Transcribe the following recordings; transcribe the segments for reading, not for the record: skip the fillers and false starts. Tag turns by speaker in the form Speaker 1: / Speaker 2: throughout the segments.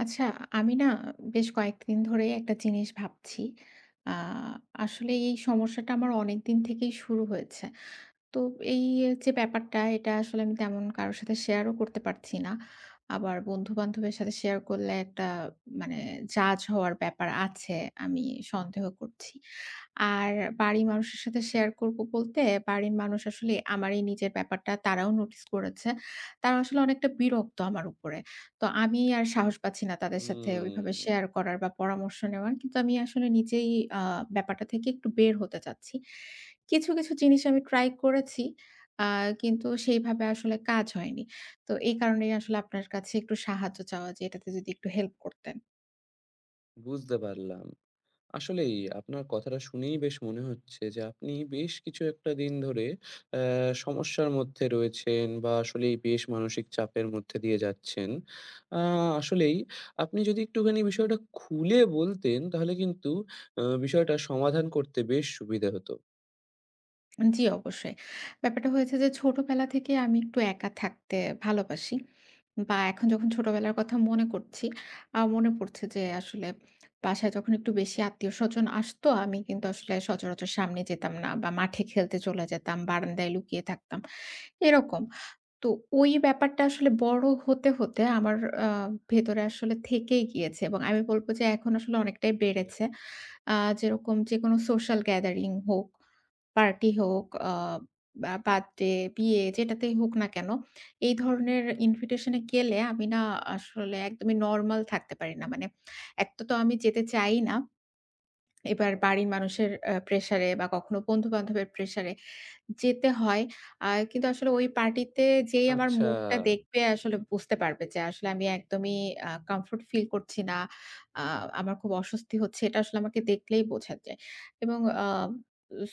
Speaker 1: আচ্ছা, আমি না বেশ কয়েকদিন ধরেই একটা জিনিস ভাবছি। আ আসলে এই সমস্যাটা আমার অনেকদিন থেকেই শুরু হয়েছে। তো এই যে ব্যাপারটা এটা আসলে আমি তেমন কারো সাথে শেয়ারও করতে পারছি না। আবার বন্ধু-বান্ধবের সাথে শেয়ার করলে একটা মানে জাজ হওয়ার ব্যাপার আছে, আমি সন্দেহ করছি। আর বাড়ির মানুষের সাথে শেয়ার করব বলতে, বাড়ির মানুষ আসলে আমার এই নিজের ব্যাপারটা তারাও নোটিস করেছে। তারা আসলে অনেকটা বিরক্ত আমার উপরে। তো আমি আর সাহস পাচ্ছি না তাদের সাথে ওইভাবে
Speaker 2: হুম,
Speaker 1: শেয়ার করার বা পরামর্শ নেওয়ার। কিন্তু আমি আসলে নিজেই আ ব্যাপারটা থেকে একটু বের হতে চাচ্ছি। কিছু কিছু জিনিস আমি ট্রাই করেছি। আ কিন্তু সেইভাবে আসলে কাজ হয়নি। তো এই কারণেই আসলে আপনার কাছে একটু সাহায্য চাওয়া যে এটাতে যদি একটু হেল্প করতেন।
Speaker 2: বুঝতে পারলাম। আসলেই আপনার কথাটা শুনেই বেশ মনে হচ্ছে যে আপনি বেশ কিছু একটা দিন ধরে অ্যা সমস্যার মধ্যে রয়েছেন বা আসলেই বেশ মানসিক চাপের মধ্যে দিয়ে যাচ্ছেন। আ আসলেই আপনি যদি একটুখানি বিষয়টা খুলে বলতেন, তাহলে কিন্তু বিষয়টা সমাধান করতে বেশ সুবিধা হতো।
Speaker 1: জি, অবশ্যই। ব্যাপারটা হয়েছে যে ছোটবেলা থেকে আমি একটু একা থাকতে ভালোবাসি। বা এখন যখন ছোটবেলার কথা মনে করছি, মনে পড়ছে যে আসলে বাসায় যখন একটু বেশি আত্মীয়স্বজন আসতো, আমি কিন্তু আসলে সচরাচর সামনে যেতাম না বা মাঠে খেলতে চলে যেতাম, বারান্দায় লুকিয়ে থাকতাম, এরকম। তো ওই ব্যাপারটা আসলে বড় হতে হতে আমার আ ভেতরে আসলে থেকেই গিয়েছে এবং আমি বলব যে এখন আসলে অনেকটাই বেড়েছে। আ যেরকম যেকোনো সোশ্যাল গ্যাদারিং হোক, পার্টি হোক, বা বার্থডে, বিয়ে যেটাতেই হোক না কেন, এই ধরনের ইনভিটেশন এ গেলে আমি না আসলে একদমই নরমাল থাকতে পারি না। মানে এক তো আমি যেতে চাই না। এবার বাড়ির মানুষের প্রেশারে বা কখনো বন্ধু-বান্ধবের প্রেশারে যেতে হয়। কিন্তু আসলে ওই পার্টিতে যেই আমার
Speaker 2: আচ্ছা,
Speaker 1: মুখটা দেখবে আসলে বুঝতে পারবে যে আসলে আমি একদমই কমফোর্ট ফিল করছি না। আ আমার খুব অস্বস্তি হচ্ছে। এটা আসলে আমাকে দেখলেই বোঝা যায়। এবং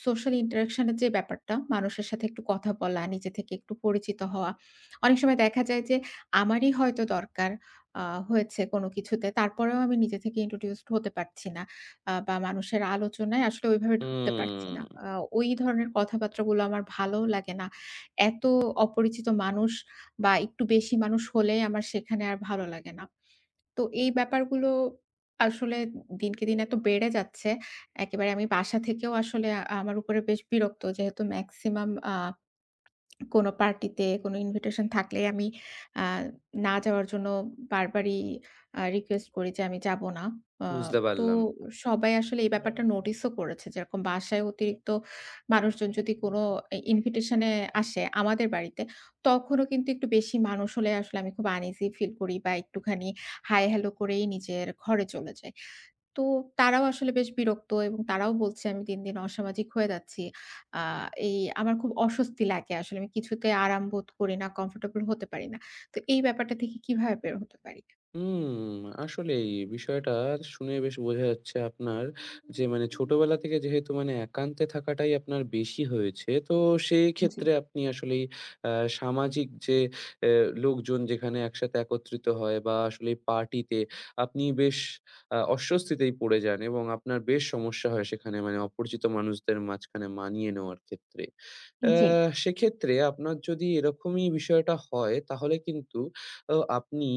Speaker 1: সোশ্যাল ইন্টারেকশন এর যে ব্যাপারটা, মানুষের সাথে একটু কথা বলা, নিজে থেকে একটু পরিচিত হওয়া। অনেক সময় দেখা যায় যে আমারই হয়তো দরকার আ হয়েছে কোনো কিছুতে। তারপরেও আমি নিজে থেকে ইন্ট্রোডিউসড হতে পারছি না। বা মানুষের আলোচনায় আসলে ওইভাবে ঢুকতে পারছি
Speaker 2: হুম,
Speaker 1: না। ওই ধরনের কথাবার্তাগুলো আমার ভালোও লাগে না। এত অপরিচিত মানুষ বা একটু বেশি মানুষ হলে আমার সেখানে আর ভালো লাগে না। তো এই ব্যাপারগুলো আসলে দিনকে দিন এত বেড়ে যাচ্ছে। একেবারে আমি বাসা থেকেও আসলে আমার উপরে বেশ বিরক্ত। যেহেতু মেক্সিমাম কোনো পার্টিতে কোনো ইনভিটেশন থাকলে আমি আ না যাওয়ার জন্য বারবারই রিকোয়েস্ট করি যে আমি যাব না। আ
Speaker 2: বুঝতে
Speaker 1: তো
Speaker 2: পারলাম।
Speaker 1: সবাই আসলে এই ব্যাপারটা নোটিসও করেছে। যেরকম বাসায় অতিরিক্ত মানুষজন যদি কোনো ইনভিটেশন এ আসে আমাদের বাড়িতে, তখনও কিন্তু একটু বেশি মানুষ হলে আসলে আমি খুব আনইজি ফিল করি বা একটুখানি হাই হ্যালো করেই নিজের ঘরে চলে যাই। তো তারাও আসলে বেশ বিরক্ত এবং তারাও বলছে আমি দিন দিন অসামাজিক হয়ে যাচ্ছি। আ এই আমার খুব অস্বস্তি লাগে আসলে। আমি কিছুতে আরাম বোধ করি না, কমফোর্টেবল হতে পারি না। তো এই ব্যাপারটা থেকে কিভাবে বের হতে পারি?
Speaker 2: হুম, আসলেই বিষয়টা শুনে বেশ বোঝা যাচ্ছে আপনার, যে মানে ছোটবেলা থেকে যেহেতু মানে একান্তে থাকাটাই আপনার বেশি হয়েছে। তো সেই
Speaker 1: জি,
Speaker 2: ক্ষেত্রে আপনি আসলেই আ সামাজিক যে অ্যা লোকজন যেখানে একসাথে একত্রিত হয় বা আসলে পার্টিতে আপনি বেশ অস্বস্তিতেই পড়ে যান, এবং আপনার বেশ সমস্যা হয় সেখানে, মানে অপরিচিত মানুষদের মাঝখানে মানিয়ে নেওয়ার ক্ষেত্রে।
Speaker 1: জি।
Speaker 2: সেক্ষেত্রে আপনার যদি এরকমই বিষয়টা হয়, তাহলে কিন্তু আপনি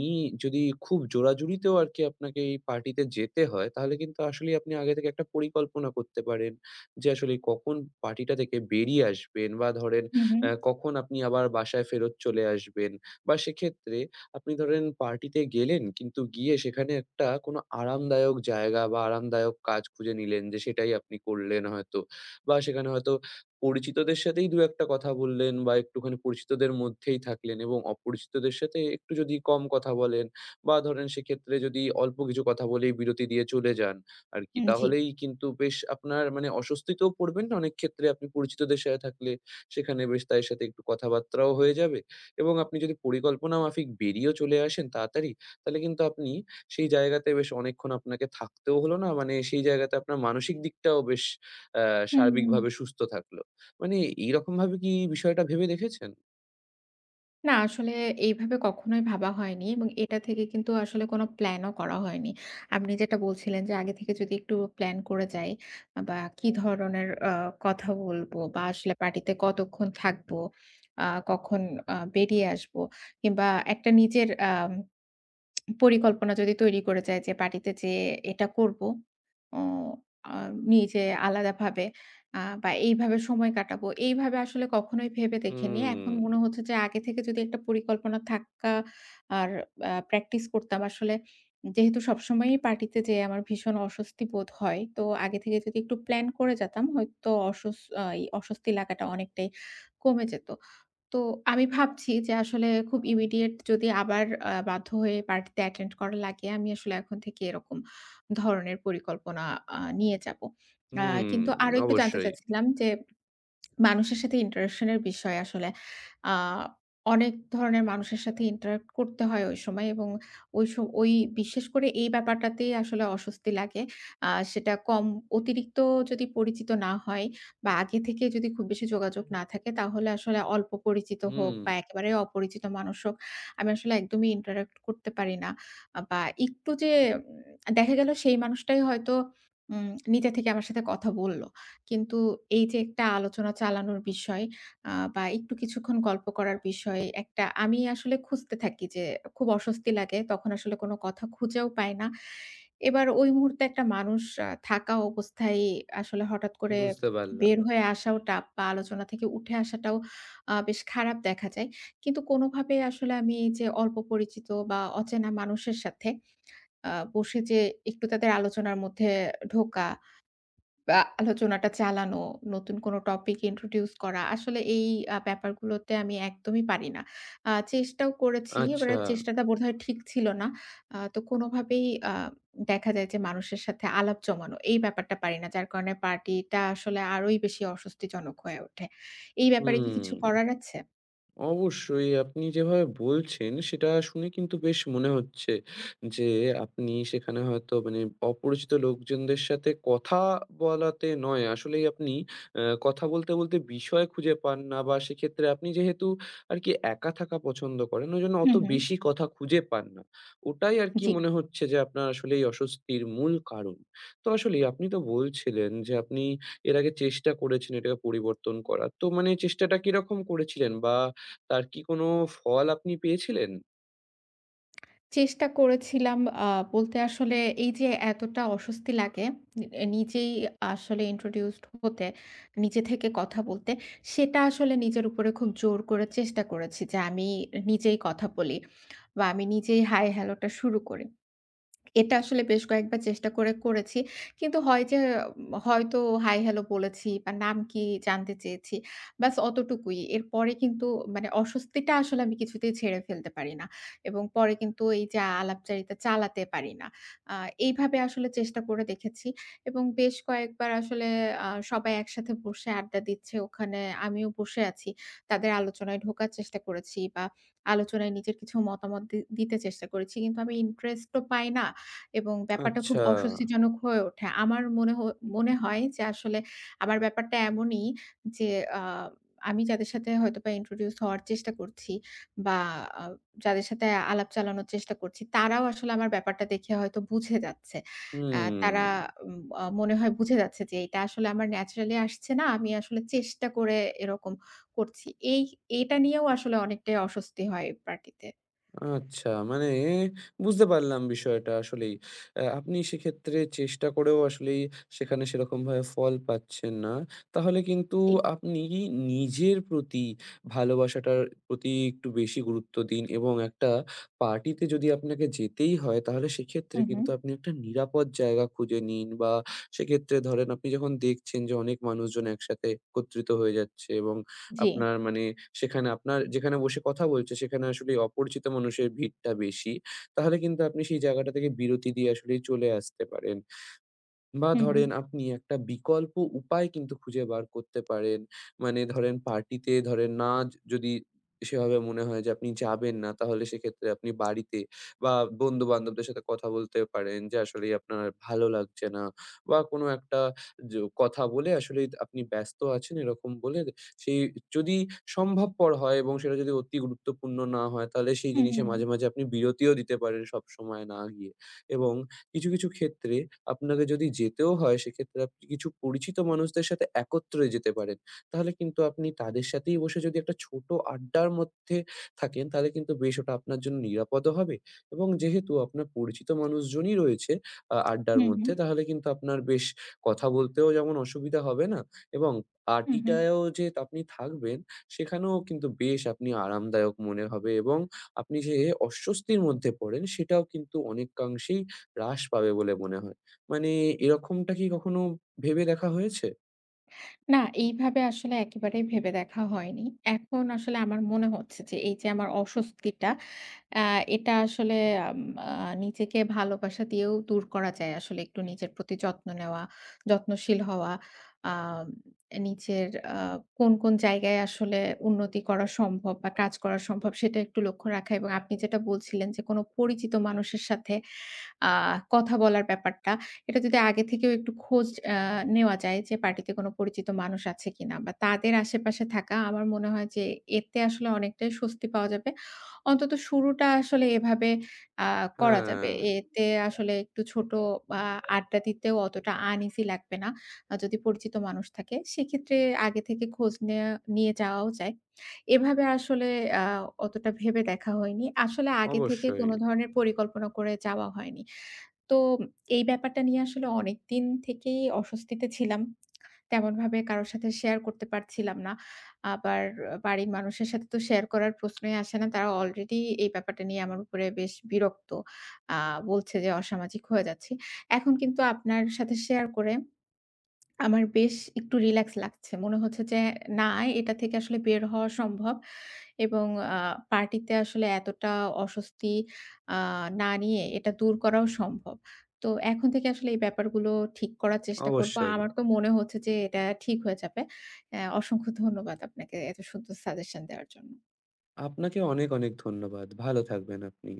Speaker 2: যদি খুব জোরাজুরিতেও আরকি আপনাকে এই পার্টিতে যেতে হয়, তাহলে কিন্তু আসলেই আপনি আগে থেকে একটা পরিকল্পনা করতে পারেন যে আসলে কখন পার্টিটা থেকে বেরিয়ে আসবেন, বা ধরেন
Speaker 1: হু, হু।
Speaker 2: কখন আপনি আবার বাসায় ফেরত চলে আসবেন, বা সেক্ষেত্রে আপনি ধরেন পার্টিতে গেলেন কিন্তু গিয়ে সেখানে একটা কোনো আরামদায়ক জায়গা বা আরামদায়ক কাজ খুঁজে নিলেন যে সেটাই আপনি করলেন হয়তো, বা সেখানে হয়তো পরিচিতদের সাথেই দু একটা কথা বললেন, বা একটুখানি পরিচিতদের মধ্যেই থাকলেন এবং অপরিচিতদের সাথে একটু যদি কম কথা বলেন, বা ধরেন সেক্ষেত্রে যদি অল্প কিছু কথা বলেই বিরতি দিয়ে চলে যান আর কি,
Speaker 1: জি।
Speaker 2: তাহলেই কিন্তু বেশ আপনার মানে অস্বস্তিতেও পড়বেন না, অনেক ক্ষেত্রে আপনি পরিচিতদের সাথে থাকলে সেখানে বেশ তাদের সাথে একটু কথাবার্তাও হয়ে যাবে, এবং আপনি যদি পরিকল্পনা মাফিক বেরিয়েও চলে আসেন তাড়াতাড়ি, তাহলে কিন্তু আপনি সেই জায়গাতে বেশ অনেকক্ষণ আপনাকে থাকতেও হলো না, মানে সেই জায়গাতে আপনার মানসিক দিকটাও বেশ
Speaker 1: হু, হু।
Speaker 2: সার্বিকভাবে সুস্থ থাকলো। মানে এইরকমভাবে কি বিষয়টা ভেবে দেখেছেন?
Speaker 1: না আসলে এইভাবে কখনোই ভাবা হয়নি এবং এটা থেকে কিন্তু আসলে কোনো প্ল্যানও করা হয়নি। আপনি যেটা বলছিলেন যে আগে থেকে যদি একটু প্ল্যান করে যাই বা কি ধরনের কথা বলবো বা আসলে পার্টিতে কতক্ষণ থাকবো, আ কখন বেরিয়ে আসবো কিংবা একটা নিজের পরিকল্পনা যদি তৈরি করে যাই যে পার্টিতে যেয়ে এটা করবো। ও আ নিজে আলাদাভাবে বা এইভাবে সময় কাটাবো। এইভাবে আসলে কখনোই ভেবে দেখিনি। এখন
Speaker 2: হুম,
Speaker 1: মনে হচ্ছে যে আগে থেকে যদি একটা পরিকল্পনা থাকা আর প্র্যাকটিস করতাম আসলে যেহেতু সবসময়ই পার্টিতে যেয়ে আমার ভীষণ অস্বস্তি বোধ হয়। তো আগে থেকে যদি একটু প্ল্যান করে যেতাম হয়তো অসস আ এই অস্বস্তি লাগাটা অনেকটাই কমে যেত। তো আমি ভাবছি যে আসলে খুব ইমিডিয়েট যদি আবার বাধ্য হয়ে পার্টিতে অ্যাটেন্ড করা লাগে, আমি আসলে এখন থেকে এরকম ধরনের পরিকল্পনা নিয়ে যাবো। আ
Speaker 2: হুম,
Speaker 1: কিন্তু আরো একটু জানতে
Speaker 2: অবশ্যই।
Speaker 1: চাচ্ছিলাম যে মানুষের সাথে ইন্টারেকশন এর বিষয় আসলে। আ অনেক ধরনের মানুষের সাথে ইন্টারেক্ট করতে হয় ওই সময় এবং ওই স ওই বিশেষ করে এই ব্যাপারটাতেই আসলে অস্বস্তি লাগে। সেটা কম অতিরিক্ত যদি পরিচিত না হয় বা আগে থেকে যদি খুব বেশি যোগাযোগ না থাকে তাহলে আসলে অল্প পরিচিত হোক
Speaker 2: হুম,
Speaker 1: বা একেবারে অপরিচিত মানুষ হোক, আমি আসলে একদমই ইন্টারেক্ট করতে পারি না। বা একটু যে দেখা গেল সেই মানুষটাই হয়তো উম নিজে থেকে আমার সাথে কথা বলল। কিন্তু এই যে একটা আলোচনা চালানোর বিষয় বা একটু কিছুক্ষণ গল্প করার বিষয় একটা আমি আসলে খুঁজতে থাকি যে খুব অস্বস্তি লাগে। তখন আসলে কোনো কথা খুঁজেও পাই না। এবার ওই মুহূর্তে একটা মানুষ থাকা অবস্থায় আসলে হঠাৎ করে
Speaker 2: বুঝতে পারলাম।
Speaker 1: বের হয়ে আসাও টাফ বা আলোচনা থেকে উঠে আসাটাও বেশ খারাপ দেখা যায়। কিন্তু কোনোভাবে আসলে আমি এই যে অল্প পরিচিত বা অচেনা মানুষের সাথে বসে যে একটু তাদের আলোচনার মধ্যে ঢোকা আলোচনাটা চালানো, নতুন কোনো টপিক introduce করা। আসলে এই ব্যাপারগুলোতে আমি একদমই পারি না। চেষ্টাও করেছি। এবার
Speaker 2: আচ্ছা,
Speaker 1: চেষ্টাটা বোধহয় ঠিক ছিল না। তো কোনোভাবেই আ দেখা যায় যে মানুষের সাথে আলাপ জমানো, এই ব্যাপারটা পারি না। যার কারণে পার্টিটা আসলে আরোই বেশি অস্বস্তিজনক হয়ে ওঠে। এই ব্যাপারে কি কিছু
Speaker 2: হুম।
Speaker 1: করার আছে?
Speaker 2: অবশ্যই আপনি যেভাবে বলছেন সেটা শুনে কিন্তু বেশ মনে হচ্ছে যে আপনি সেখানে হয়তো মানে অপরিচিত লোকজনদের সাথে কথা বলাতে নয়, আসলেই আপনি কথা বলতে বলতে বিষয় খুঁজে পান না, বা সেক্ষেত্রে আপনি যেহেতু আর কি একা থাকা পছন্দ করেন ওই জন্য অত
Speaker 1: হুম, হুম।
Speaker 2: বেশি কথা খুঁজে পান না, ওটাই আর কি
Speaker 1: জি।
Speaker 2: মনে হচ্ছে যে আপনার আসলে এই অস্বস্তির মূল কারণ। তো আসলে আপনি তো বলছিলেন যে আপনি এর আগে চেষ্টা করেছেন এটাকে পরিবর্তন করার, তো মানে চেষ্টাটা কিরকম করেছিলেন, বা তার কি কোনো ফল আপনি পেয়েছিলেন?
Speaker 1: চেষ্টা করেছিলাম আ বলতে আসলে এই যে এতটা অস্বস্তি লাগে এ নিজেই আসলে introduced হতে, নিজে থেকে কথা বলতে, সেটা আসলে নিজের উপরে খুব জোর করে চেষ্টা করেছি যে আমি নিজেই কথা বলি বা আমি নিজেই হাই হ্যালো টা শুরু করি। এটা আসলে বেশ কয়েকবার চেষ্টা করে করেছি। কিন্তু হয় যে হয়তো হাই হ্যালো বলেছি বা নাম কি জানতে চেয়েছি। ব্যাস অতটুকুই। এরপরে কিন্তু মানে অস্বস্তিটা আসলে আমি কিছুতেই ঝেড়ে ফেলতে পারি না। এবং পরে কিন্তু এই যে আলাপচারিতা চালাতে পারি না। আ এইভাবে আসলে চেষ্টা করে দেখেছি এবং বেশ কয়েকবার আসলে সবাই একসাথে বসে আড্ডা দিচ্ছে। ওখানে আমিও বসে আছি। তাদের আলোচনায় ঢোকার চেষ্টা করেছি বা আলোচনায় নিজের কিছু মতামত দিতে চেষ্টা করেছি। কিন্তু আমি ইন্টারেস্ট ও পাই না। এবং ব্যাপারটা খুব
Speaker 2: আচ্ছা।
Speaker 1: অস্বস্তিজনক হয়ে ওঠে। আমার মনে হ মনে হয় যে আসলে আমার ব্যাপারটা এমনই যে আ আমি যাদের সাথে হয়তোবা ইন্ট্রোডিউস হওয়ার চেষ্টা করছি বা আ যাদের সাথে আলাপ চালানোর চেষ্টা করছি, তারাও আসলে আমার ব্যাপারটা দেখে হয়তো বুঝে যাচ্ছে।
Speaker 2: হুম।
Speaker 1: তারা উম আ মনে হয় বুঝে যাচ্ছে যে এটা আসলে আমার ন্যাচারালি আসছে না। আমি আসলে চেষ্টা করে এরকম করছি। এই এটা নিয়েও আসলে অনেকটাই অস্বস্তি হয় পার্টিতে।
Speaker 2: আচ্ছা, মানে বুঝতে পারলাম বিষয়টা আসলেই। আপনি সেক্ষেত্রে চেষ্টা করেও আসলেই সেখানে সেরকমভাবে ফল পাচ্ছেন না। তাহলে কিন্তু
Speaker 1: জি।
Speaker 2: আপনি নিজের প্রতি ভালোবাসাটার প্রতি একটু বেশি গুরুত্ব দিন, এবং একটা পার্টিতে যদি আপনাকে যেতেই হয় তাহলে
Speaker 1: হু,
Speaker 2: সেক্ষেত্রে
Speaker 1: হু।
Speaker 2: কিন্তু আপনি একটা নিরাপদ জায়গা খুঁজে নিন, বা সেক্ষেত্রে ধরেন আপনি যখন দেখছেন যে অনেক মানুষজন একসাথে একত্রিত হয়ে যাচ্ছে, এবং
Speaker 1: জি।
Speaker 2: আপনার মানে সেখানে আপনার যেখানে বসে কথা বলছে সেখানে আসলে অপরিচিত মানুষের ভিড়টা বেশি, তাহলে কিন্তু আপনি সেই জায়গাটা থেকে বিরতি দিয়ে আসলেই চলে আসতে পারেন। বা
Speaker 1: হু, হু।
Speaker 2: ধরেন আপনি একটা বিকল্প উপায় কিন্তু খুঁজে বার করতে পারেন। মানে ধরেন পার্টিতে ধরেন না, যদি সেভাবে মনে হয় যে আপনি যাবেন না, তাহলে সেক্ষেত্রে আপনি বাড়িতে বা বন্ধু-বান্ধবদের সাথে কথা বলতে পারেন যে আসলেই আপনার ভালো লাগছে না, বা কোনো একটা য কথা বলে আসলেই আপনি ব্যস্ত আছেন এরকম বলে, সেই যদি সম্ভবপর হয় এবং সেটা যদি অতি গুরুত্বপূর্ণ না হয়, তাহলে সেই
Speaker 1: হু, হু।
Speaker 2: জিনিসে মাঝে, মাঝে আপনি বিরতিও দিতে পারেন সবসময় না গিয়ে। এবং কিছু, কিছু ক্ষেত্রে আপনাকে যদি যেতেও হয় সেক্ষেত্রে আপনি কিছু পরিচিত মানুষদের সাথে একত্রে যেতে পারেন। তাহলে কিন্তু আপনি তাদের সাথেই বসে যদি একটা ছোট আড্ডার মধ্যে থাকেন, তাহলে কিন্তু বেশ ওটা আপনার জন্য নিরাপদও হবে, এবং যেহেতু আপনার পরিচিত মানুষজনই রয়েছে আড্ডার
Speaker 1: হুম,
Speaker 2: মধ্যে,
Speaker 1: হুম।
Speaker 2: তাহলে কিন্তু আপনার বেশ কথা বলতেও যেমন অসুবিধা হবে না, এবং
Speaker 1: হুম, হুম।
Speaker 2: পার্টিটায়ও যে আপনি থাকবেন সেখানেও কিন্তু বেশ আপনি আরামদায়ক মনে হবে, এবং আপনি যে অস্বস্তির মধ্যে পড়েন সেটাও কিন্তু অনেকাংশেই হ্রাস পাবে বলে মনে হয়। মানে এরকমটা কি কখনো ভেবে দেখা হয়েছে?
Speaker 1: না এইভাবে আসলে একেবারেই ভেবে দেখা হয়নি। এখন আসলে আমার মনে হচ্ছে যে এই যে আমার অস্বস্তিটা আ এটা আসলে আম আ নিজেকে ভালোবাসা দিয়েও দূর করা যায়। আসলে একটু নিজের প্রতি যত্ন নেওয়া, যত্নশীল হওয়া, আম নিজের আ কোন কোন জায়গায় আসলে উন্নতি করা সম্ভব বা কাজ করা সম্ভব সেটা একটু লক্ষ্য রাখা এবং আপনি যেটা বলছিলেন যে কোনো পরিচিত মানুষের সাথে আ কথা বলার ব্যাপারটা, এটা যদি আগে থেকেও একটু খোঁজ আ নেওয়া যায় যে পার্টিতে কোনো পরিচিত মানুষ আছে কিনা বা তাদের আশেপাশে থাকা আমার মনে হয় যে এতে আসলে অনেকটাই স্বস্তি পাওয়া যাবে। অন্তত শুরুটা আসলে এভাবে আ করা যাবে।
Speaker 2: হ্যাঁ,
Speaker 1: এতে আসলে একটু ছোট আ আড্ডা দিতেও অতটা আনইজি লাগবে না। যদি পরিচিত মানুষ থাকে সেক্ষেত্রে আগে থেকে খোঁজ নেয়া নিয়ে যাওয়াও যায়। এভাবে আসলে আ অতটা ভেবে দেখা হয়নি। আসলে আগে থেকে
Speaker 2: অবশ্যই,
Speaker 1: কোনো ধরনের পরিকল্পনা করে যাওয়া হয়নি। তো এই ব্যাপারটা নিয়ে আসলে অনেকদিন থেকেই অস্বস্তিতে ছিলাম। তেমনভাবে কারো সাথে শেয়ার করতে পারছিলাম না। আবার বাড়ির মানুষের সাথে তো শেয়ার করার প্রশ্নই আসে না। তারা অলরেডি এই ব্যাপারটা নিয়ে আমার উপরে বেশ বিরক্ত। আ বলছে যে অসামাজিক হয়ে যাচ্ছি। এখন কিন্তু আপনার সাথে শেয়ার করে আমার বেশ একটু রিল্যাক্স লাগছে। মনে হচ্ছে যে না এটা থেকে আসলে বের হওয়া সম্ভব। এবং আ পার্টিতে আসলে এতটা অস্বস্তি আ না নিয়ে এটা দূর করাও সম্ভব। তো এখন থেকে আসলে এই ব্যাপারগুলো ঠিক করার চেষ্টা করব।
Speaker 2: অবশ্যই।
Speaker 1: আমার তো মনে হচ্ছে যে এটা ঠিক হয়ে যাবে। অসংখ্য ধন্যবাদ আপনাকে এত সুন্দর সাজেশন দেওয়ার জন্য।
Speaker 2: আপনাকে অনেক, অনেক ধন্যবাদ। ভালো থাকবেন আপনি।